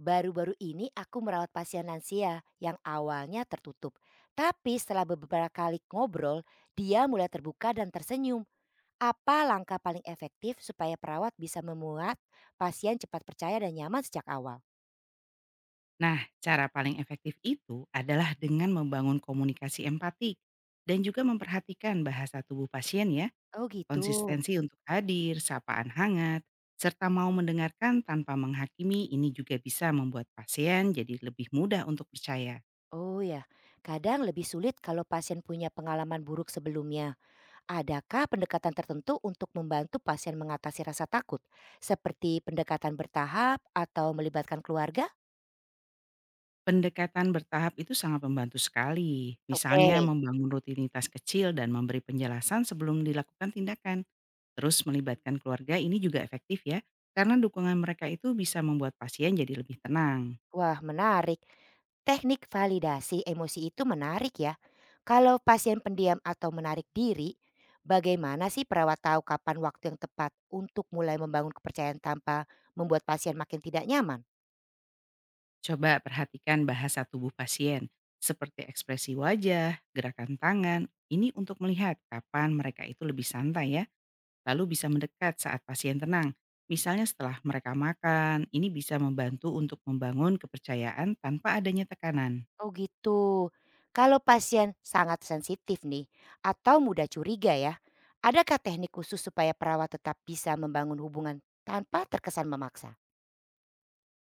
Baru-baru ini aku merawat pasien lansia yang awalnya tertutup. Tapi setelah beberapa kali ngobrol, dia mulai terbuka dan tersenyum. Apa langkah paling efektif supaya perawat bisa memuat pasien cepat percaya dan nyaman sejak awal? Nah, cara paling efektif itu adalah dengan membangun komunikasi empati dan juga memperhatikan bahasa tubuh pasien ya, Oh gitu. konsistensi untuk hadir, sapaan hangat, serta mau mendengarkan tanpa menghakimi ini juga bisa membuat pasien jadi lebih mudah untuk percaya. Oh ya, kadang lebih sulit kalau pasien punya pengalaman buruk sebelumnya. Adakah pendekatan tertentu untuk membantu pasien mengatasi rasa takut? Seperti pendekatan bertahap atau melibatkan keluarga? Pendekatan bertahap itu sangat membantu sekali, Oke. misalnya membangun rutinitas kecil dan memberi penjelasan sebelum dilakukan tindakan. Terus melibatkan keluarga ini juga efektif ya, karena dukungan mereka itu bisa membuat pasien jadi lebih tenang. Wah, menarik. Teknik validasi emosi itu menarik ya. Kalau pasien pendiam atau menarik diri, bagaimana sih perawat tahu kapan waktu yang tepat untuk mulai membangun kepercayaan tanpa membuat pasien makin tidak nyaman? Coba perhatikan bahasa tubuh pasien, seperti ekspresi wajah, gerakan tangan, ini untuk melihat kapan mereka itu lebih santai ya, lalu bisa mendekat saat pasien tenang. Misalnya setelah mereka makan, ini bisa membantu untuk membangun kepercayaan tanpa adanya tekanan. Oh gitu. Kalau pasien sangat sensitif nih atau mudah curiga ya, adakah teknik khusus supaya perawat tetap bisa membangun hubungan tanpa terkesan memaksa?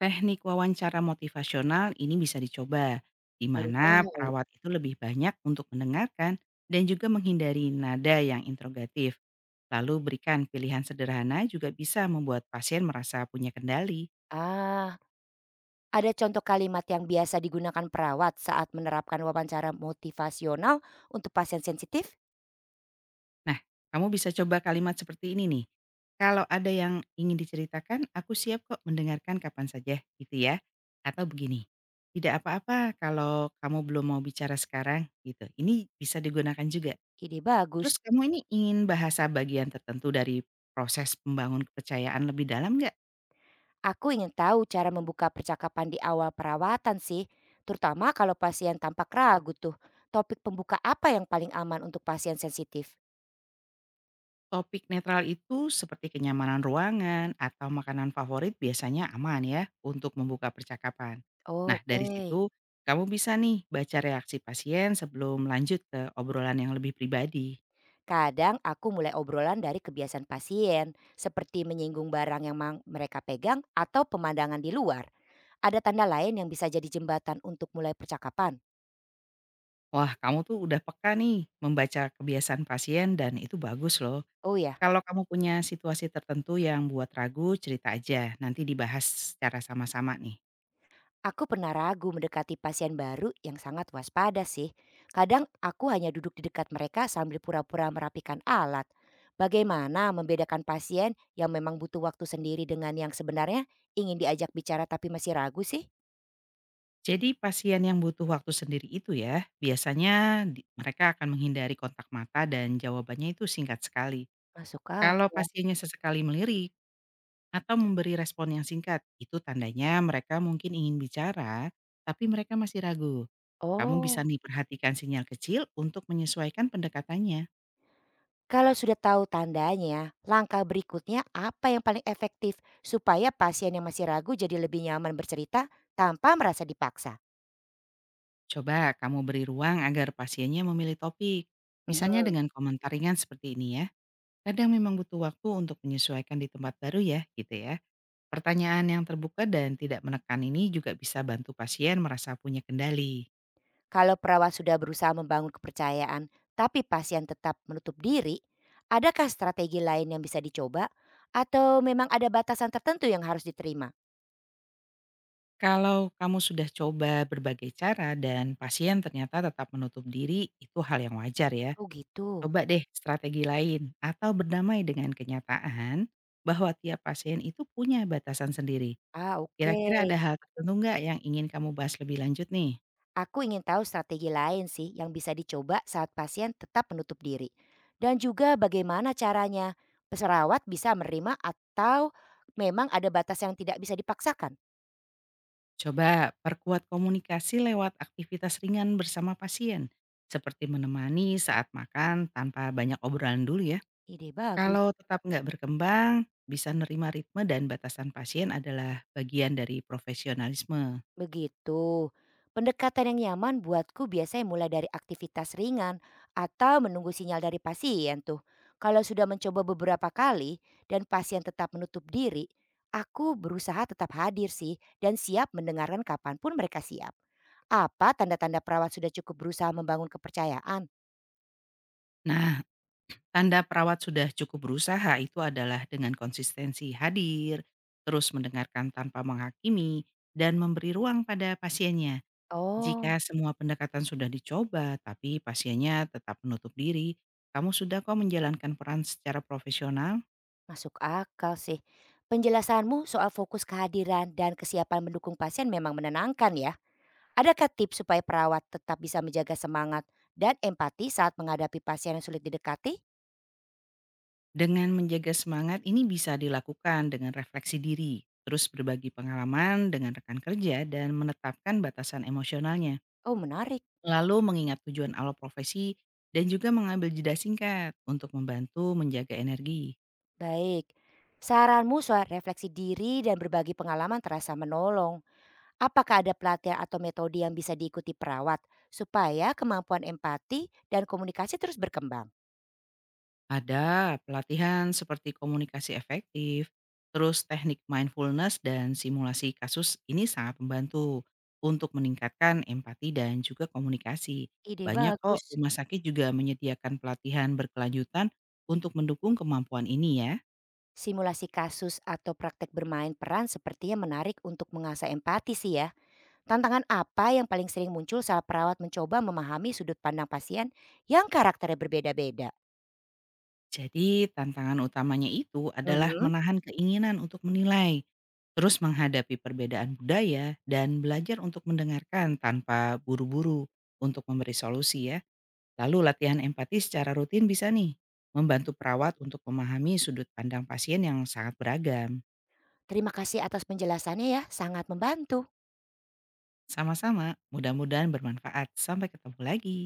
Teknik wawancara motivasional ini bisa dicoba, di Baru mana tahu. perawat itu lebih banyak untuk mendengarkan dan juga menghindari nada yang interrogatif. Lalu berikan pilihan sederhana juga bisa membuat pasien merasa punya kendali. Ah, ada contoh kalimat yang biasa digunakan perawat saat menerapkan wawancara motivasional untuk pasien sensitif? Nah, kamu bisa coba kalimat seperti ini nih. Kalau ada yang ingin diceritakan, aku siap kok mendengarkan kapan saja gitu ya. Atau begini, tidak apa-apa kalau kamu belum mau bicara sekarang gitu. Ini bisa digunakan juga. Ide Terus bagus. kamu ini ingin bahasa bagian tertentu dari proses membangun kepercayaan lebih dalam nggak? Aku ingin tahu cara membuka percakapan di awal perawatan sih, terutama kalau pasien tampak ragu tuh. Topik pembuka apa yang paling aman untuk pasien sensitif? Topik netral itu seperti kenyamanan ruangan atau makanan favorit biasanya aman ya untuk membuka percakapan. Nah dari Oke. situ kamu bisa nih baca reaksi pasien sebelum lanjut ke obrolan yang lebih pribadi. Kadang aku mulai obrolan dari kebiasaan pasien, seperti menyinggung barang yang mereka pegang atau pemandangan di luar. Ada tanda lain yang bisa jadi jembatan untuk mulai percakapan? Wah kamu tuh udah peka nih membaca kebiasaan pasien dan itu bagus loh. Oh ya, Kalau kamu punya situasi tertentu yang buat ragu cerita aja nanti dibahas secara sama-sama nih. aku pernah ragu mendekati pasien baru yang sangat waspada sih. Kadang aku hanya duduk di dekat mereka sambil pura-pura merapikan alat. Bagaimana membedakan pasien yang memang butuh waktu sendiri dengan yang sebenarnya ingin diajak bicara tapi masih ragu sih? Jadi pasien yang butuh waktu sendiri itu ya, biasanya mereka akan menghindari kontak mata dan jawabannya itu singkat sekali. Masuk Kalau akal. pasiennya sesekali melirik atau memberi respon yang singkat, itu tandanya mereka mungkin ingin bicara, tapi mereka masih ragu. Kamu bisa Oh, nih perhatikan sinyal kecil untuk menyesuaikan pendekatannya. kalau sudah tahu tandanya, langkah berikutnya apa yang paling efektif supaya pasien yang masih ragu jadi lebih nyaman bercerita tanpa merasa dipaksa? Coba kamu beri ruang agar pasiennya memilih topik. Misalnya Mhm. dengan komentar ringan seperti ini ya. Kadang memang butuh waktu untuk menyesuaikan di tempat baru ya, gitu ya. Pertanyaan yang terbuka dan tidak menekan ini juga bisa bantu pasien merasa punya kendali. Kalau perawat sudah berusaha membangun kepercayaan, tapi pasien tetap menutup diri, adakah strategi lain yang bisa dicoba? Atau memang ada batasan tertentu yang harus diterima? Kalau kamu sudah coba berbagai cara dan pasien ternyata tetap menutup diri, itu hal yang wajar ya. Oh gitu. Coba deh strategi lain atau berdamai dengan kenyataan bahwa tiap pasien itu punya batasan sendiri. Ah, oke. Kira-kira ada hal tertentu nggak yang ingin kamu bahas lebih lanjut nih? Aku ingin tahu strategi lain sih yang bisa dicoba saat pasien tetap menutup diri. Dan juga bagaimana caranya perawat bisa menerima atau memang ada batas yang tidak bisa dipaksakan. Coba perkuat komunikasi lewat aktivitas ringan bersama pasien, seperti menemani saat makan tanpa banyak obrolan dulu ya. Ide bagus. Kalau tetap nggak berkembang, bisa nerima ritme dan batasan pasien adalah bagian dari profesionalisme. Begitu. Pendekatan yang nyaman buatku biasanya mulai dari aktivitas ringan atau menunggu sinyal dari pasien tuh. Kalau sudah mencoba beberapa kali dan pasien tetap menutup diri, aku berusaha tetap hadir sih dan siap mendengarkan kapanpun mereka siap. Apa tanda-tanda perawat sudah cukup berusaha membangun kepercayaan? Nah, tanda perawat sudah cukup berusaha itu adalah dengan konsistensi hadir, terus mendengarkan tanpa menghakimi, dan memberi ruang pada pasiennya. Oh, Jika semua pendekatan sudah dicoba, tapi pasiennya tetap menutup diri, kamu sudah kok menjalankan peran secara profesional? masuk akal sih. Penjelasanmu soal fokus kehadiran dan kesiapan mendukung pasien memang menenangkan ya. Adakah tips supaya perawat tetap bisa menjaga semangat dan empati saat menghadapi pasien yang sulit didekati? Dengan menjaga semangat ini bisa dilakukan dengan refleksi diri, terus berbagi pengalaman dengan rekan kerja dan menetapkan batasan emosionalnya. Oh, menarik, Lalu mengingat tujuan awal profesi dan juga mengambil jeda singkat untuk membantu menjaga energi. baik. Saranmu soal refleksi diri dan berbagi pengalaman terasa menolong. Apakah ada pelatihan atau metode yang bisa diikuti perawat supaya kemampuan empati dan komunikasi terus berkembang? Ada pelatihan seperti komunikasi efektif, terus teknik mindfulness dan simulasi kasus ini sangat membantu untuk meningkatkan empati dan juga komunikasi. Ide Banyak kok bagus. rumah sakit juga menyediakan pelatihan berkelanjutan untuk mendukung kemampuan ini ya. Simulasi kasus atau praktek bermain peran sepertinya menarik untuk mengasah empati sih ya. Tantangan apa yang paling sering muncul saat perawat mencoba memahami sudut pandang pasien yang karakternya berbeda-beda? Jadi tantangan utamanya itu adalah Mhm. menahan keinginan untuk menilai, terus menghadapi perbedaan budaya dan belajar untuk mendengarkan tanpa buru-buru untuk memberi solusi ya. Lalu latihan empati secara rutin bisa nih membantu perawat untuk memahami sudut pandang pasien yang sangat beragam. Terima kasih atas penjelasannya ya, sangat membantu. Sama-sama, mudah-mudahan bermanfaat. Sampai ketemu lagi.